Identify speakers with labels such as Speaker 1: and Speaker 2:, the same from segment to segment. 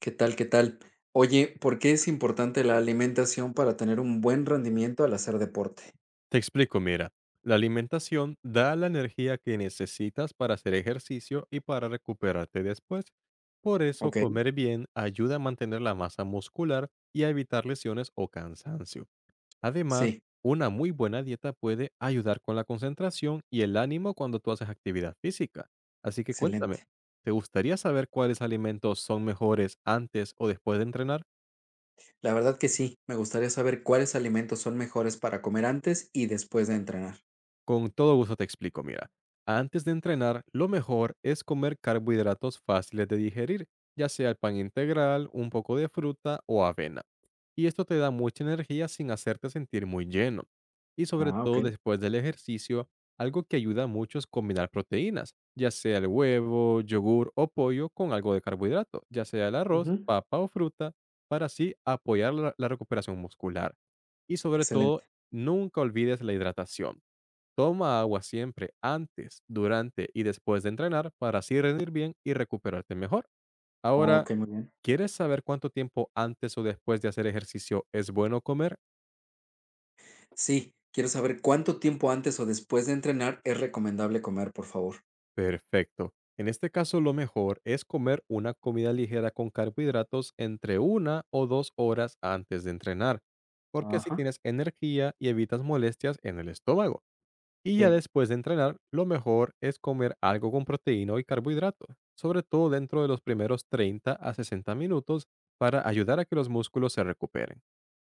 Speaker 1: ¿Qué tal? ¿Qué tal? Oye, ¿por qué es importante la alimentación para tener un buen rendimiento al hacer deporte?
Speaker 2: Te explico, mira, la alimentación da la energía que necesitas para hacer ejercicio y para recuperarte después. Por eso,
Speaker 1: Ok,
Speaker 2: comer bien ayuda a mantener la masa muscular y a evitar lesiones o cansancio. Además,
Speaker 1: sí,
Speaker 2: una muy buena dieta puede ayudar con la concentración y el ánimo cuando tú haces actividad física. Así que cuéntame,
Speaker 1: excelente.
Speaker 2: ¿te gustaría saber cuáles alimentos son mejores antes o después de entrenar?
Speaker 1: La verdad que sí, me gustaría saber cuáles alimentos son mejores para comer antes y después de entrenar.
Speaker 2: Con todo gusto te explico, mira. Antes de entrenar, lo mejor es comer carbohidratos fáciles de digerir, ya sea el pan integral, un poco de fruta o avena. Y esto te da mucha energía sin hacerte sentir muy lleno. Y sobre
Speaker 1: Ah, ok.
Speaker 2: todo después del ejercicio, algo que ayuda mucho es combinar proteínas, ya sea el huevo, yogur o pollo con algo de carbohidrato, ya sea el arroz,
Speaker 1: Ujú.
Speaker 2: papa o fruta, para así apoyar la recuperación muscular. Y sobre todo,
Speaker 1: Excelente.
Speaker 2: nunca olvides la hidratación. Toma agua siempre antes, durante y después de entrenar para así rendir bien y recuperarte mejor. Ahora,
Speaker 1: Ok, muy bien.
Speaker 2: ¿quieres saber cuánto tiempo antes o después de hacer ejercicio es bueno comer?
Speaker 1: Sí, quiero saber cuánto tiempo antes o después de entrenar es recomendable comer, por favor.
Speaker 2: Perfecto. En este caso, lo mejor es comer una comida ligera con carbohidratos entre una o dos horas antes de entrenar, porque así
Speaker 1: Ajá,
Speaker 2: tienes energía y evitas molestias en el estómago. Y ya
Speaker 1: sí.
Speaker 2: después de entrenar, lo mejor es comer algo con proteína y carbohidrato, sobre todo dentro de los primeros 30 a 60 minutos para ayudar a que los músculos se recuperen.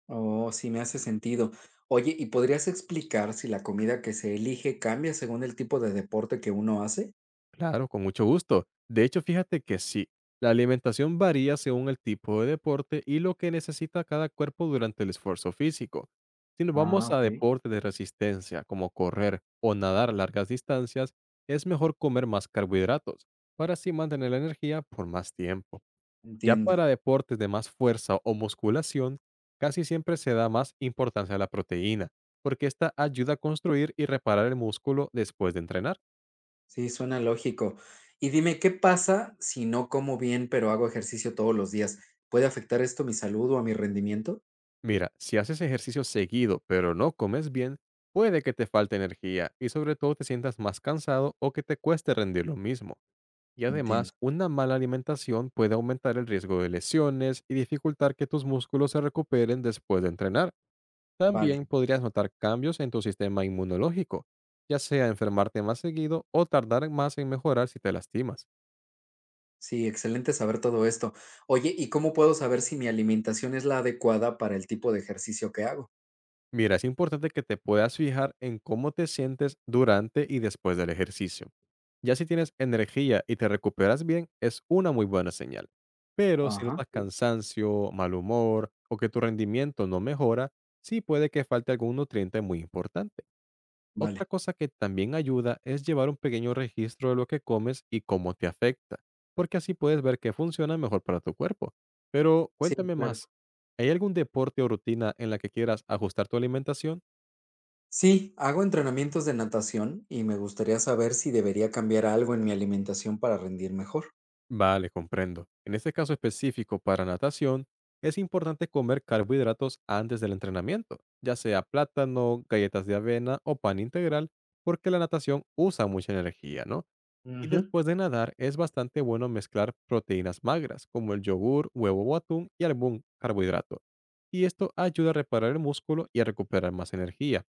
Speaker 1: Oh, sí, me hace sentido. Oye, ¿y podrías explicar si la comida que se elige cambia según el tipo de deporte que uno hace?
Speaker 2: Claro, con mucho gusto. De hecho, fíjate que sí, la alimentación varía según el tipo de deporte y lo que necesita cada cuerpo durante el esfuerzo físico. Si nos vamos
Speaker 1: Ah,
Speaker 2: a
Speaker 1: okey,
Speaker 2: deportes de resistencia, como correr o nadar largas distancias, es mejor comer más carbohidratos para así mantener la energía por más tiempo. Ya
Speaker 1: entiendo.
Speaker 2: para deportes de más fuerza o musculación, casi siempre se da más importancia a la proteína, porque esta ayuda a construir y reparar el músculo después de entrenar.
Speaker 1: Sí, suena lógico. Y dime, ¿qué pasa si no como bien, pero hago ejercicio todos los días? ¿Puede afectar esto mi salud o a mi rendimiento?
Speaker 2: Mira, si haces ejercicio seguido pero no comes bien, puede que te falte energía y sobre todo te sientas más cansado o que te cueste rendir lo mismo. Y además,
Speaker 1: Entiendo.
Speaker 2: una mala alimentación puede aumentar el riesgo de lesiones y dificultar que tus músculos se recuperen después de entrenar.
Speaker 1: Vale.
Speaker 2: También podrías notar cambios en tu sistema inmunológico, ya sea enfermarte más seguido o tardar más en mejorar si te lastimas.
Speaker 1: Sí, excelente saber todo esto. Oye, ¿y cómo puedo saber si mi alimentación es la adecuada para el tipo de ejercicio que hago?
Speaker 2: Mira, es importante que te puedas fijar en cómo te sientes durante y después del ejercicio. Ya si tienes energía y te recuperas bien, es una muy buena señal. Pero si
Speaker 1: Ajá,
Speaker 2: notas
Speaker 1: sí.
Speaker 2: cansancio, mal humor o que tu rendimiento no mejora, sí puede que falte algún nutriente muy importante. Otra
Speaker 1: Vale.
Speaker 2: cosa que también ayuda es llevar un pequeño registro de lo que comes y cómo te afecta, porque así puedes ver qué funciona mejor para tu cuerpo. Pero
Speaker 1: Sí,
Speaker 2: cuéntame
Speaker 1: claro.
Speaker 2: más, ¿hay algún deporte o rutina en la que quieras ajustar tu alimentación?
Speaker 1: Sí, hago entrenamientos de natación y me gustaría saber si debería cambiar algo en mi alimentación para rendir mejor.
Speaker 2: Vale, comprendo. En este caso específico para natación, es importante comer carbohidratos antes del entrenamiento, ya sea plátano, galletas de avena o pan integral, porque la natación usa mucha energía, ¿no? Y
Speaker 1: Ujú.
Speaker 2: después de nadar, es bastante bueno mezclar proteínas magras, como el yogur, huevo o atún, y algún carbohidrato. Y esto ayuda a reparar el músculo y a recuperar más energía.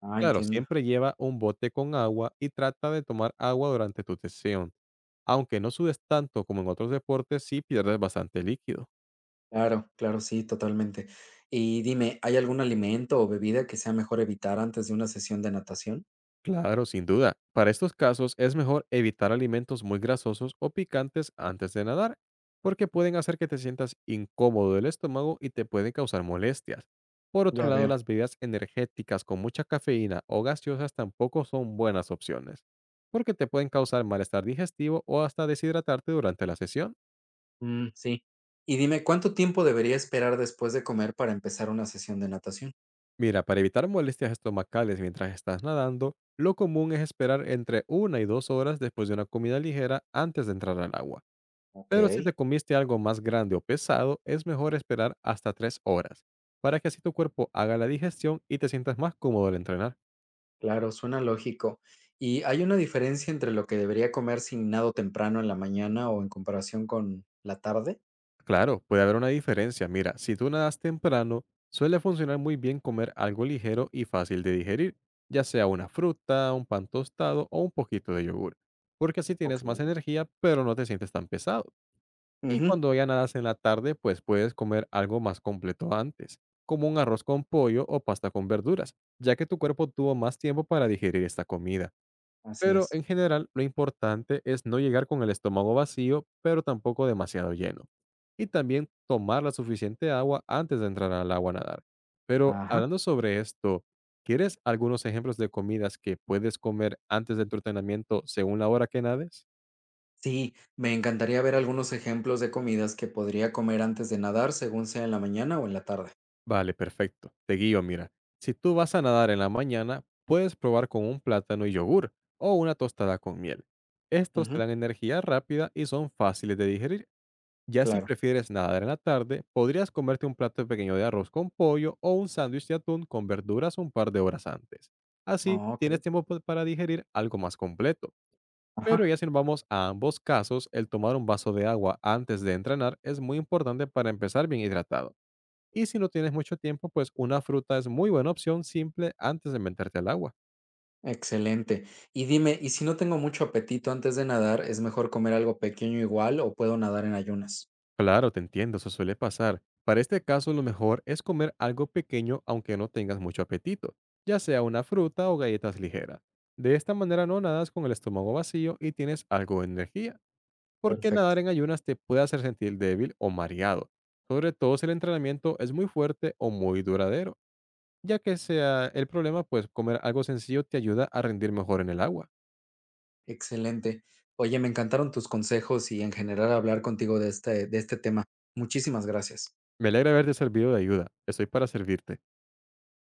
Speaker 1: Ah,
Speaker 2: Claro,
Speaker 1: entiendo.
Speaker 2: siempre lleva un bote con agua y trata de tomar agua durante tu sesión. Aunque no sudes tanto como en otros deportes, sí pierdes bastante líquido.
Speaker 1: Claro, claro, sí, totalmente. Y dime, ¿hay algún alimento o bebida que sea mejor evitar antes de una sesión de natación?
Speaker 2: Claro, sin duda. Para estos casos es mejor evitar alimentos muy grasosos o picantes antes de nadar, porque pueden hacer que te sientas incómodo del estómago y te pueden causar molestias. Por otro
Speaker 1: Ya
Speaker 2: lado,
Speaker 1: veo.
Speaker 2: las bebidas energéticas con mucha cafeína o gaseosas tampoco son buenas opciones, porque te pueden causar malestar digestivo o hasta deshidratarte durante la sesión.
Speaker 1: Mm, sí. Y dime, ¿cuánto tiempo debería esperar después de comer para empezar una sesión de natación?
Speaker 2: Mira, para evitar molestias estomacales mientras estás nadando, lo común es esperar entre una y dos horas después de una comida ligera antes de entrar al agua.
Speaker 1: Ok,
Speaker 2: Pero si te comiste algo más grande o pesado, es mejor esperar hasta 3 horas, para que así tu cuerpo haga la digestión y te sientas más cómodo al entrenar.
Speaker 1: claro, suena lógico. ¿Y hay una diferencia entre lo que debería comer si nado temprano en la mañana o en comparación con la tarde?
Speaker 2: Claro, puede haber una diferencia. Mira, si tú nadas temprano, suele funcionar muy bien comer algo ligero y fácil de digerir, ya sea una fruta, un pan tostado o un poquito de yogur, porque así tienes más
Speaker 1: Ok.
Speaker 2: energía, pero no te sientes tan pesado. Y
Speaker 1: Ujú,
Speaker 2: cuando ya nadas en la tarde, pues puedes comer algo más completo antes, como un arroz con pollo o pasta con verduras, ya que tu cuerpo tuvo más tiempo para digerir esta comida.
Speaker 1: así
Speaker 2: Pero
Speaker 1: es.
Speaker 2: en general, lo importante es no llegar con el estómago vacío, pero tampoco demasiado lleno. Y también tomar la suficiente agua antes de entrar al agua a nadar. Pero
Speaker 1: Ajá.
Speaker 2: hablando sobre esto, ¿quieres algunos ejemplos de comidas que puedes comer antes de tu entrenamiento según la hora que nades?
Speaker 1: Sí, me encantaría ver algunos ejemplos de comidas que podría comer antes de nadar, según sea en la mañana o en la tarde.
Speaker 2: Vale, perfecto. Te guío, mira. Si tú vas a nadar en la mañana, puedes probar con un plátano y yogur o una tostada con miel. Estos te
Speaker 1: Ujú,
Speaker 2: dan energía rápida y son fáciles de digerir. Ya si
Speaker 1: claro.
Speaker 2: prefieres nadar en la tarde, podrías comerte un plato pequeño de arroz con pollo o un sándwich de atún con verduras un par de horas antes. Así,
Speaker 1: Oh, ok.
Speaker 2: tienes tiempo para digerir algo más completo. Pero
Speaker 1: Ajá.
Speaker 2: ya si nos vamos a ambos casos, el tomar un vaso de agua antes de entrenar es muy importante para empezar bien hidratado. Y si no tienes mucho tiempo, pues una fruta es muy buena opción simple antes de meterte al agua.
Speaker 1: Excelente. Y dime, ¿y si no tengo mucho apetito antes de nadar, es mejor comer algo pequeño igual o puedo nadar en ayunas?
Speaker 2: Claro, te entiendo, eso suele pasar. Para este caso, lo mejor es comer algo pequeño aunque no tengas mucho apetito, ya sea una fruta o galletas ligeras. De esta manera no nadas con el estómago vacío y tienes algo de energía, porque
Speaker 1: Perfecto.
Speaker 2: nadar en ayunas te puede hacer sentir débil o mareado, sobre todo si el entrenamiento es muy fuerte o muy duradero. Ya que sea el problema, pues comer algo sencillo te ayuda a rendir mejor en el agua.
Speaker 1: Excelente. Oye, me encantaron tus consejos y en general hablar contigo de este tema. Muchísimas gracias.
Speaker 2: Me alegra haberte servido de ayuda. Estoy para servirte.